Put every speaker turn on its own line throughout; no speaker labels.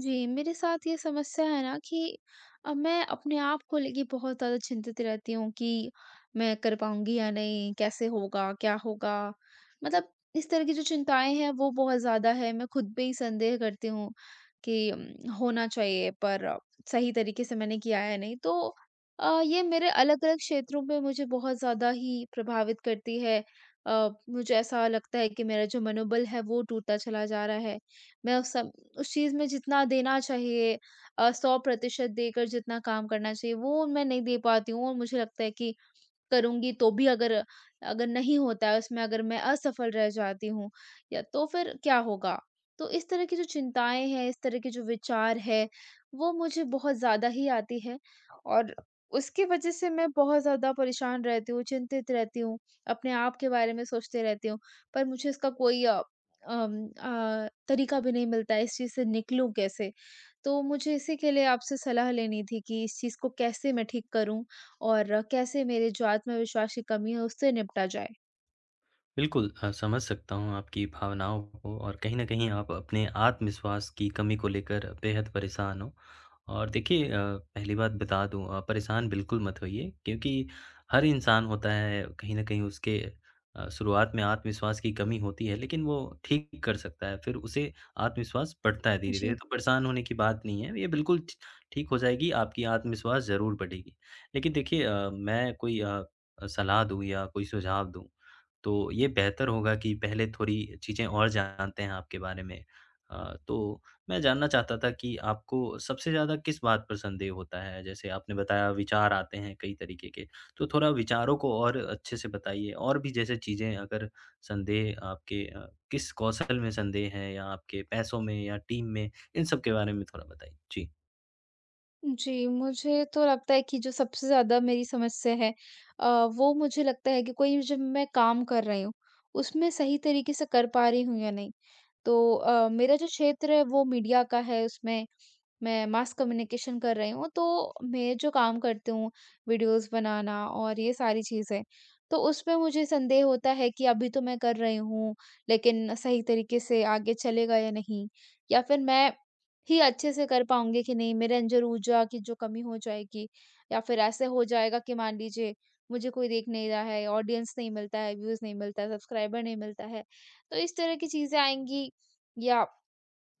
जी, मेरे साथ ये समस्या है ना कि अब मैं अपने आप को लेके बहुत ज़्यादा चिंतित रहती हूँ कि मैं कर पाऊँगी या नहीं? कैसे होगा? क्या होगा? मतलब इस तरह की जो चिंताएँ हैं वो बहुत ज़्यादा है। मैं खुद पे ही संदेह करती हूँ कि होना चाहिए पर सही तरीके से मैंने किया है नहीं। तो ये मेरे अलग-अलग क्षेत्रों पे मुझे बहुत ज़्यादा ही प्रभावित करती है। मुझे ऐसा लगता है कि मेरा जो मनोबल है वो टूटता चला जा रहा है। मैं उस सम उस चीज़ में जितना देना चाहिए 100% देकर जितना काम करना चाहिए वो मैं नहीं दे पाती हूँ और मुझे लगता है कि करूँगी तो भी अगर अगर नहीं होता है उसमें अगर मैं असफल रह जाती हूँ या तो फिर क्या होगा? तो इस तरह की जो चिंताएँ हैं, इस तरह के जो विचार है, वो मुझे बहुत ज़्यादा ही आती है और उसकी वज़ह से मैं बहुत ज़्यादा परेशान रहती हूँ, चिंतित रहती हूँ, अपने आप के बारे में सोचते रहती हूँ। पर मुझे इसका कोई तरीका भी नहीं मिलता है, इस चीज़ से निकलूँ कैसे? तो मुझे इसी के लिए आपसे सलाह लेनी थी कि इस चीज़ को कैसे मैं ठीक करूँ? और कैसे मेरे जो आत्मविश्वास की कमी है उससे निपटा जाए?
बिल्कुल समझ सकता हूँ आपकी भावनाओं को और कहीं न कहीं आप अपने आत्मविश्वास की कमी को लेकर बेहद परेशान हो। और देखिए पहली बात बता दूँ परेशान बिल्कुल मत होइए क्योंकि हर इंसान होता है कहीं न कहीं उसके शुरुआत में आत्मविश्वास की कमी होती है लेकिन वो ठीक कर सकता है, फिर उसे आत्मविश्वास बढ़ता है धीरे-धीरे।
जी,
तो परेशान होने की बात नहीं है, ये बिल्कुल ठ ठीक हो जाएगी, आपकी आत्मविश्वास ज़रूर बढ़ेगी। लेकिन देखिए मैं कोई सलाह दूँ या कोई सुझाव दूँ तो ये बेहतर होगा कि पहले थोड़ी चीज़ें और जानते हैं आपके बारे में। तो मैं जानना चाहता था कि आपको सबसे ज़्यादा किस बात पर संदेह होता है? जैसे आपने बताया विचार आते हैं कई तरीके के, तो थोड़ा विचारों को और अच्छे से बताइए और भी जैसे चीज़ें अगर संदेह आपके किस कौशल में संदेह है या आपके पैसों में या टीम में, इन सब के बारे में थोड़ा बताइए? जी।
जी, मुझे तो लगता है कि जो सबसे ज़्यादा मेरी समस्या है वो मुझे लगता है कि कोई जब मैं काम कर रही हूँ, उसमें सही तरीके से कर पा रही हूँ या नहीं। तो मेरा जो क्षेत्र है वो मीडिया का है उसमें मैं मास कम्युनिकेशन कर रही हूँ, तो मैं जो काम करती हूँ, वीडियोज़ बनाना और ये सारी चीज़ें, तो उसमें मुझे संदेह होता है कि अभी तो मैं कर रही हूँ, लेकिन सही तरीके से आगे चलेगा या नहीं? या फिर मैं ही अच्छे से कर पाऊँगी कि नहीं? मेरे अंदर ऊर्जा की जो कमी हो जाएगी या फिर ऐसे हो जाएगा कि मान लीजिए, मुझे कोई देख नहीं रहा है, ऑडियंस नहीं मिलता है, व्यूज़ नहीं मिलता है, सब्सक्राइबर नहीं मिलता है, तो इस तरह की चीज़ें आएँगी या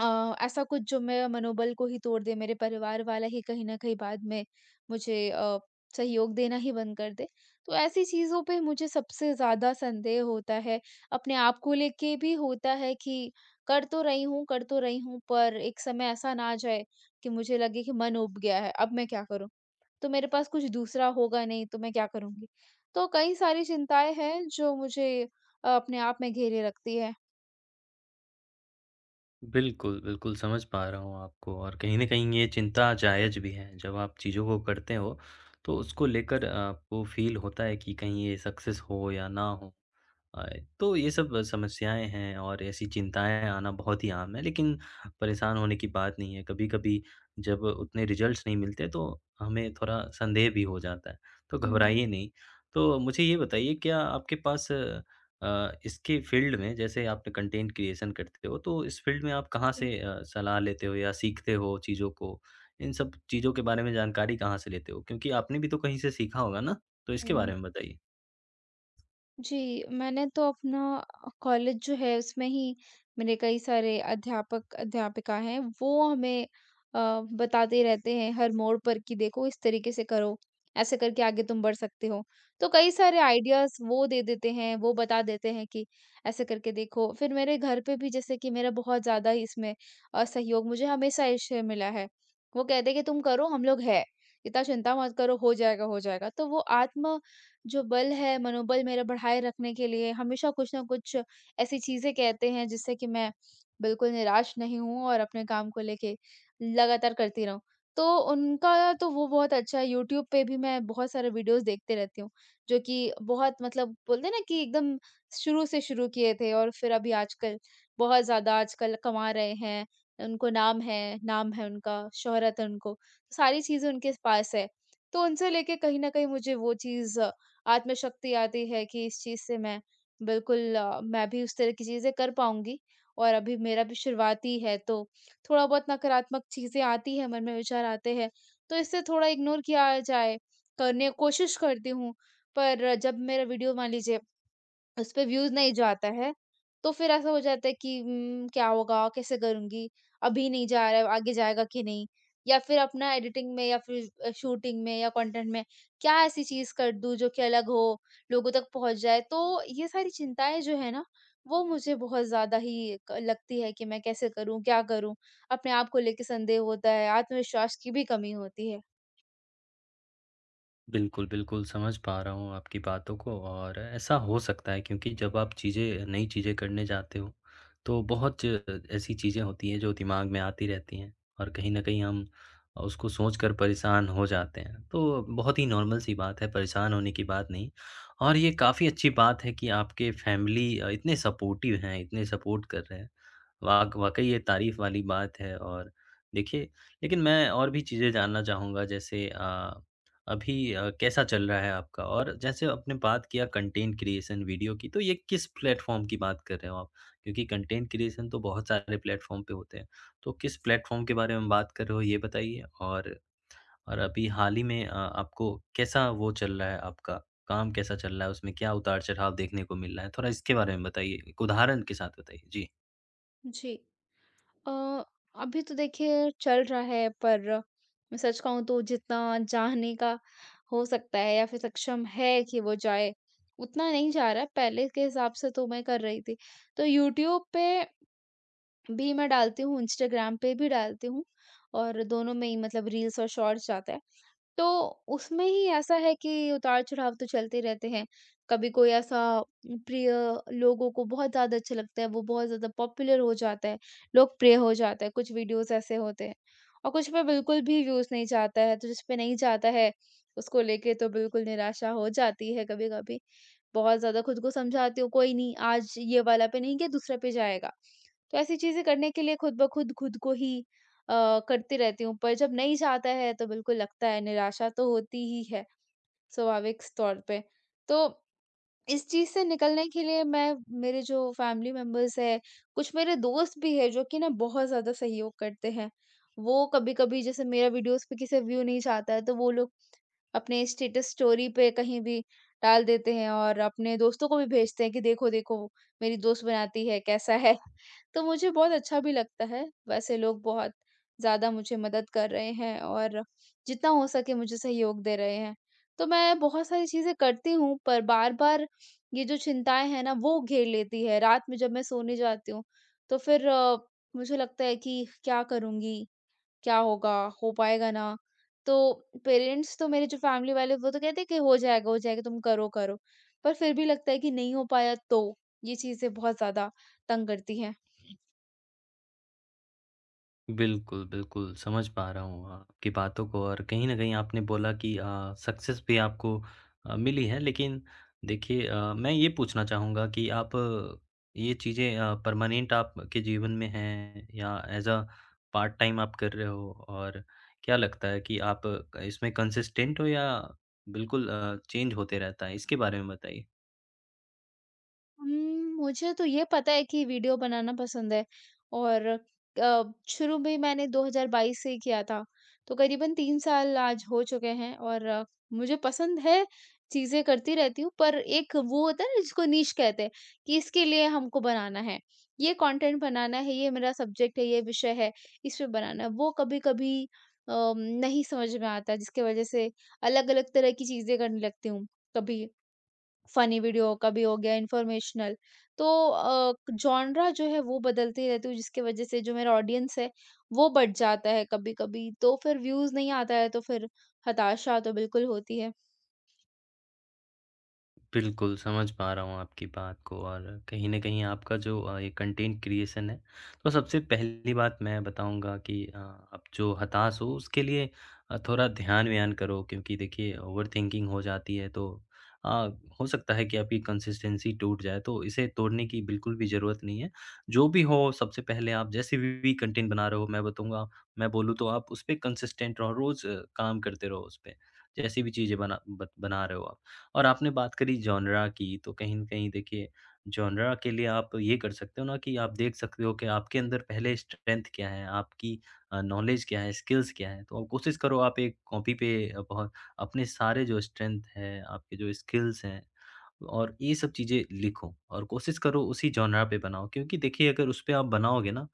ऐसा कुछ जो मेरा मनोबल को ही तोड़ दे, मेरे परिवार वाला ही कहीं न कहीं बाद में मुझे सहयोग देना ही बंद कर दे। तो ऐसी चीज़ों पे मुझे सबसे ज़्यादा संदेह होता है, अपने आप को लेके भी होता है कि कर तो रही हूँ, पर एक समय ऐसा ना आ जाए कि मुझे लगे कि मन ऊब गया है, अब मैं क्या करूँ? तो मेरे पास कुछ दूसरा होगा नहीं, तो मैं क्या करूँगी? तो कई सारी चिंताएँ हैं जो मुझे अपने आप में घेरे रखती है।
बिल्कुल, बिल्कुल समझ पा रहा हूँ आपको और कहीं न कहीं ये चिंता जायज़ भी है। जब आप चीज़ों को करते हो, तो उसको लेकर आपको फ़ील होता है कि कहीं ये सक्सेस हो या ना हो। अ, तो ये सब समस्याएँ हैं और ऐसी चिंताएँ आना बहुत ही आम है, लेकिन परेशान होने की बात नहीं है। कभी-कभी जब उतने रिज़ल्ट्स नहीं मिलते तो हमें थोड़ा संदेह भी हो जाता है, तो
हुँ,
घबराइए नहीं। तो मुझे ये बताइए क्या आपके पास इसके फ़ील्ड में जैसे आपने कंटेंट क्रिएशन करते हो तो इस फ़ील्ड में आप कहाँ
जी।
से सलाह लेते हो या सीखते हो चीज़ों को? इन सब चीज़ों के बारे में जानकारी कहाँ से लेते हो? क्योंकि आपने भी तो कहीं से सीखा होगा ना? तो इसके
हुँ।
बारे में बताइए।
जी, मैंने तो अपना कॉलेज जो है उसमें ही मेरे कई सारे अध्यापक, अध्यापिका हैं वो हमें अ, बताते रहते हैं हर मोड़ पर कि देखो इस तरीके से करो, ऐसे करके आगे तुम बढ़ सकते हो। तो कई सारे आइडियाज़ वो दे देते हैं, वो बता देते हैं कि ऐसे करके देखो। फिर मेरे घर पे भी जैसे कि मेरा बहुत ज़्यादा ही इसमें सहयोग मुझे हमेशा इससे मिला है। वो कहते हैं कि तुम करो हम लोग हैं, इतना चिंता मत करो हो जाएगा, हो जाएगा। तो वो आत्म जो बल है, मनोबल मेरा बढ़ाए रखने के लिए हमेशा कुछ ना कुछ ऐसी चीज़ें कहते हैं जिससे कि मैं बिल्कुल निराश नहीं हूँ और अपने काम को लेके लगातार करती रहूँ। तो उनका तो वो बहुत अच्छा है, यूट्यूब पे भी मैं बहुत सारे वीडियोज़ देखते रहती हूँ, जो कि बहुत मतलब बोलते हैं ना कि एकदम शुरू किए थे और फिर अभी आजकल बहुत ज़्यादा आजकल कमा रहे हैं, उनको नाम है उनका, शोहरत है उनको, तो सारी चीज़ें उनके पास है। तो उनसे लेके कहीं न कहीं मुझे वो चीज़ आत्मशक्ति आती है कि इस चीज़ से मैं बिल्कुल मैं भी उस तरह की चीज़ें कर पाऊँगी और अभी मेरा भी शुरुआती है तो थोड़ा बहुत नकारात्मक चीज़ें आती हैं, मन में विचार आते हैं, तो इससे थोड़ा इग्नोर किया जाए, करने कोशिश करती हूँ। पर जब मेरा वीडियो मान लीजिए उसपे व्यूज़ नहीं जो आता है, तो फिर ऐसा हो जाता है कि क्या होगा? कैसे करूँगी? अभी नहीं जा रहा है, आगे जाएगा कि नहीं? या फिर अपना एडिटिंग में या फिर शूटिंग में या कंटेंट में क्या ऐसी चीज़ कर दूँ जो कि अलग हो, लोगों तक पहुँच जाए? तो ये सारी चिंताएँ जो है ना, वो मुझे बहुत ज़्यादा ही क लगती है कि मैं कैसे करूँ, क्या करूँ? अपने आप को लेके संदेह होता है, आत्मविश्वास की भी कमी होती है।
बिल्कुल, बिल्कुल, समझ पा रहा हूँ आपकी बातों को और ऐसा हो सकता है क्योंकि जब आप चीज़ें नई चीज़ें करने जाते हो, तो बहुत च ऐसी चीज़ें होती हैं जो दिमाग में आती रहती हैं और कहीं न कहीं हम उसको सोच कर परेशान हो जाते हैं। तो बहुत ही नॉर्मल-सी बात है, परेशान होने की बात नहीं और ये काफ़ी अच्छी बात है कि आपके फैमिली इतने सपोर्टिव हैं, इतने सपोर्ट कर रहे हैं। वाक़ई ये तारीफ़ वाली बात है और देखिए लेकिन मैं और भी चीज़ें जानना चाहूँगा जैसे अभी कैसा चल रहा है आपका? और जैसे आपने बात किया कंटेंट क्रिएशन वीडियो की, तो ये किस प्लेटफ़ॉर्म की बात कर रहे हो आप? क्योंकि कंटेंट क्रिएशन तो बहुत सारे प्लेटफ़ॉर्म पे होते हैं, तो किस प्लेटफ़ॉर्म के बारे में बात कर रहे हो ये बताइए? और अभी हाल ही में आपको कैसा वो चल रहा है आपका, काम कैसा चल रहा है? उसमें क्या उतार-चढ़ाव देखने को मिल रहा है? थोड़ा इसके बारे में बताइए, एक उदाहरण के साथ बताइए। जी।
जी। अ, अभी तो देखिए चल रहा है पर मैं सच कहूँ तो जितना जाने का हो सकता है या फिर सक्षम है कि वो जाए, उतना नहीं जा रहा है, पहले के हिसाब से तो मैं कर रही थी। तो यूट्यूब पे भी मैं डालती हूँ, इंस्टाग्राम पे भी डालती हूँ और दोनों में ही मतलब रील्स और शॉर्ट्स जाता है। तो उसमें ही ऐसा है कि उतार-चढ़ाव तो चलते रहते हैं। कभी कोई ऐसा प्रिय लोगों को बहुत ज़्यादा अच्छा लगता है, वो बहुत ज़्यादा पॉपुलर हो जाता है, लोकप्रिय हो जाता है, कुछ वीडियोज़ ऐसे होते हैं। और कुछ पे बिल्कुल भी व्यूज़ नहीं जाता है, तो जिस पे नहीं जाता है, उसको लेके तो बिल्कुल निराशा हो जाती है कभी-कभी। बहुत ज़्यादा खुद को समझाती हूँ, कोई नहीं आज ये वाला पे नहीं गया दूसरे पे जाएगा। तो ऐसी चीज़ें करने के लिए खुद-ब-खुद खुद खुद को ही करती रहती हूँ, पर जब नहीं जाता है तो बिल्कुल लगता है निराशा तो होती ही है, स्वाभाविक स तौर पे। तो इस चीज़ से निकलने के लिए मैं मेरे जो फैमिली मेंबर्स हैं, कुछ मेरे दोस्त भी हैं जो कि ना बहुत ज़्यादा सहयोग करते हैं। वो कभी-कभी जैसे मेरा वीडियोज़ पे किसी व्यू नहीं जाता है, तो वो लोग अपने स्टेटस स्टोरी पे कहीं भी डाल देते हैं और अपने दोस्तों को भी भेजते हैं कि देखो, देखो मेरी दोस्त बनाती है, कैसा है? तो मुझे बहुत अच्छा भी लगता है। वैसे लोग बहुत ज़्यादा मुझे मदद कर रहे हैं और जितना हो सके मुझे सहयोग दे रहे हैं। तो मैं बहुत सारी चीज़ें करती हूँ पर बार-बार ये जो चिंताएँ हैं ना वो घेर लेती है। रात में जब मैं सोने जाती हूँ तो फिर मुझे लगता है कि क्या करूँगी? क्या होगा? हो पाएगा ना? तो पेरेंट्स तो मेरे जो फैमिली वाले वो तो कहते हैं कि हो जाएगा तुम करो, करो। पर फिर भी लगता है कि नहीं हो पाया तो? ये चीज़ें बहुत ज़्यादा तंग करती हैं।
बिल्कुल, बिल्कुल, समझ पा रहा हूँ आपकी बातों को और कहीं न कहीं आपने बोला कि सक्सेस भी आपको मिली है लेकिन देखिए मैं ये पूछना चाहूँगा कि आप ये चीज़ें परमानेंट आपके जीवन में हैं या ऐज़ अ पार्ट टाइम आप कर रहे हो? और क्या लगता है कि आप इसमें कंसिस्टेंट हो या बिल्कुल चेंज होते रहता है? इसके बारे में बताइए।
उम, मुझे तो ये पता है कि वीडियो बनाना पसंद है और अ, शुरू में मैंने 2022 से ही किया था, तो करीबन 3 साल आज हो चुके हैं और मुझे पसंद है, चीज़ें करती रहती हूँ पर एक वो होता है ना जिसको नीश कहते हैं, कि इसके लिए हमको बनाना है। ये कंटेंट बनाना है, ये मेरा सब्जेक्ट है, ये विषय है, इस पे बनाना है। वो कभी-कभी नहीं समझ में आता जिसकी वजह से अलग-अलग तरह की चीज़ें करने लगती हूँ, कभी फ़नी वीडियो का भी हो गया, इन्फॉर्मेशनल। तो जॉनरा जो है वो बदलती रहती हूँ जिसकी वज़ह से जो मेरा ऑडियंस है, वो बढ़ जाता है कभी-कभी, तो फिर व्यूज़ नहीं आता है तो फिर हताशा तो बिल्कुल होती है।
बिल्कुल, समझ पा रहा हूँ आपकी बात को और कहीं न कहीं आपका जो ये कंटेंट क्रिएशन है, तो सबसे पहली बात मैं बताऊँगा कि आप जो हताश हो उसके लिए थोड़ा ध्यान-व्यान करो क्योंकि देखिए ओवरथिंकिंग हो जाती है तो अ, हो सकता है कि आपकी कंसिस्टेंसी टूट जाए, तो इसे तोड़ने की बिल्कुल भी ज़रूरत नहीं है। जो भी हो सबसे पहले आप जैसे भी कंटेंट बना रहे हो मैं बताऊँगा मैं बोलूँ तो आप उस पे कंसिस्टेंट रहो, रोज़ काम करते रहो उस पे, जैसी भी चीज़ें बना रहे हो आप। और आपने बात करी जॉनरा की, तो कहीं न कहीं देखिए जॉनरा के लिए आप ये कर सकते हो ना कि आप देख सकते हो कि आपके अंदर पहले स्ट्रेंथ क्या है, आपकी नॉलेज क्या है, स्किल्स क्या है। तो आप कोशिश करो आप एक कॉपी पे अ, बहुत अपने सारे जो स्ट्रेंथ है, आपके जो स्किल्स हैं और ये सब चीज़ें लिखो और कोशिश करो उसी जॉनरा पे बनाओ क्योंकि देखिए अगर उस पे आप बनाओगे ना,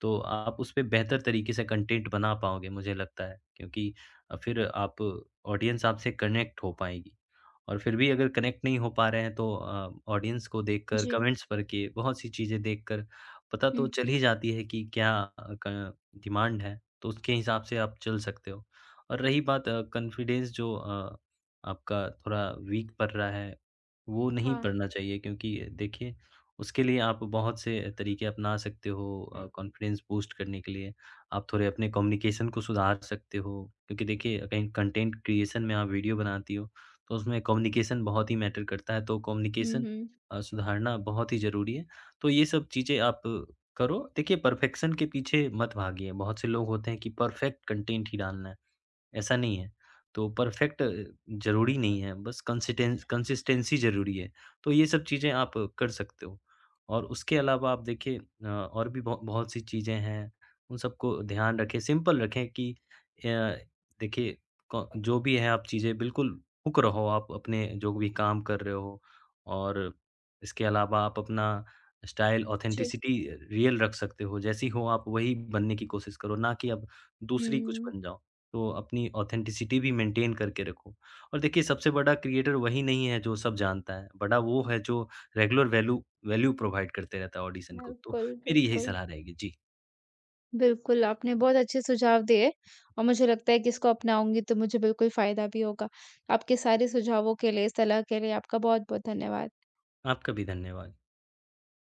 तो आप उस पे बेहतर तरीके से कंटेंट बना पाओगे मुझे लगता है क्योंकि फिर आप ऑडियंस आपसे कनेक्ट हो पाएगी। और फिर भी अगर कनेक्ट नहीं हो पा रहे हैं तो ऑडियंस को देखकर,
जी।
कमेंट्स पढ़ के, बहुत सी चीज़ें देखकर पता तो
हुँ,
चल
हुँ।
ही जाती है कि क्या क डिमांड है, तो उसके हिसाब से आप चल सकते हो। और रही बात कॉन्फिडेंस जो आपका थोड़ा वीक पड़ रहा है, वो नहीं
हाँ।
पड़ना चाहिए क्योंकि देखिए उसके लिए आप बहुत से तरीके अपना सकते हो कॉन्फिडेंस बूस्ट करने के लिए। आप थोड़े अपने कम्युनिकेशन को सुधार सकते हो, क्योंकि देखिए कहीं कंटेंट क्रिएशन में आप वीडियो बनाती हो तो उसमें कम्युनिकेशन बहुत ही मैटर करता है, तो
हुँ,
कम्युनिकेशन
हुँ।
सुधारना बहुत ही ज़रूरी है। तो ये सब चीज़ें आप करो। देखिए, परफ़ेक्शन के पीछे मत भागिए। बहुत से लोग होते हैं कि परफ़ेक्ट कंटेंट ही डालना है। ऐसा नहीं है। तो परफेक्ट ज़रूरी नहीं है, बस कंसिटेंस कंसिस्टेंसी ज़रूरी है। तो ये सब चीज़ें आप कर सकते हो। और उसके अलावा आप देखिए और भी बहुत सी चीज़ें हैं, उन सबको ध्यान रखें, सिंपल रखें कि अ, देखिए क जो भी है आप चीज़ें बिल्कुल हुक रहो आप अपने जो भी काम कर रहे हो और इसके अलावा आप अपना स्टाइल,
जी।
ऑथेंटिसिटी रियल रख सकते हो। जैसी हो आप वही बनने की कोशिश करो, ना कि आप दूसरी कुछ
हुँ।
बन जाओ। तो अपनी ऑथेंटिसिटी भी मेंटेन करके रखो। और देखिए सबसे बड़ा क्रिएटर वही नहीं है जो सब जानता है, बड़ा वो है जो रेगुलर वैल्यू वैल्यू प्रोवाइड करते रहता है ऑडिशन को। तो
बिल्कुल,
मेरी यही
बिल्कुल।
सलाह रहेगी। जी,
बिल्कुल, आपने बहुत अच्छे सुझाव दिए और मुझे लगता है कि इसको अपनाऊँगी तो मुझे बिल्कुल फ़ायदा भी होगा। आपके सारे सुझावों के लिए, सलाह के लिए आपका बहुत-बहुत धन्यवाद।
आपका भी धन्यवाद।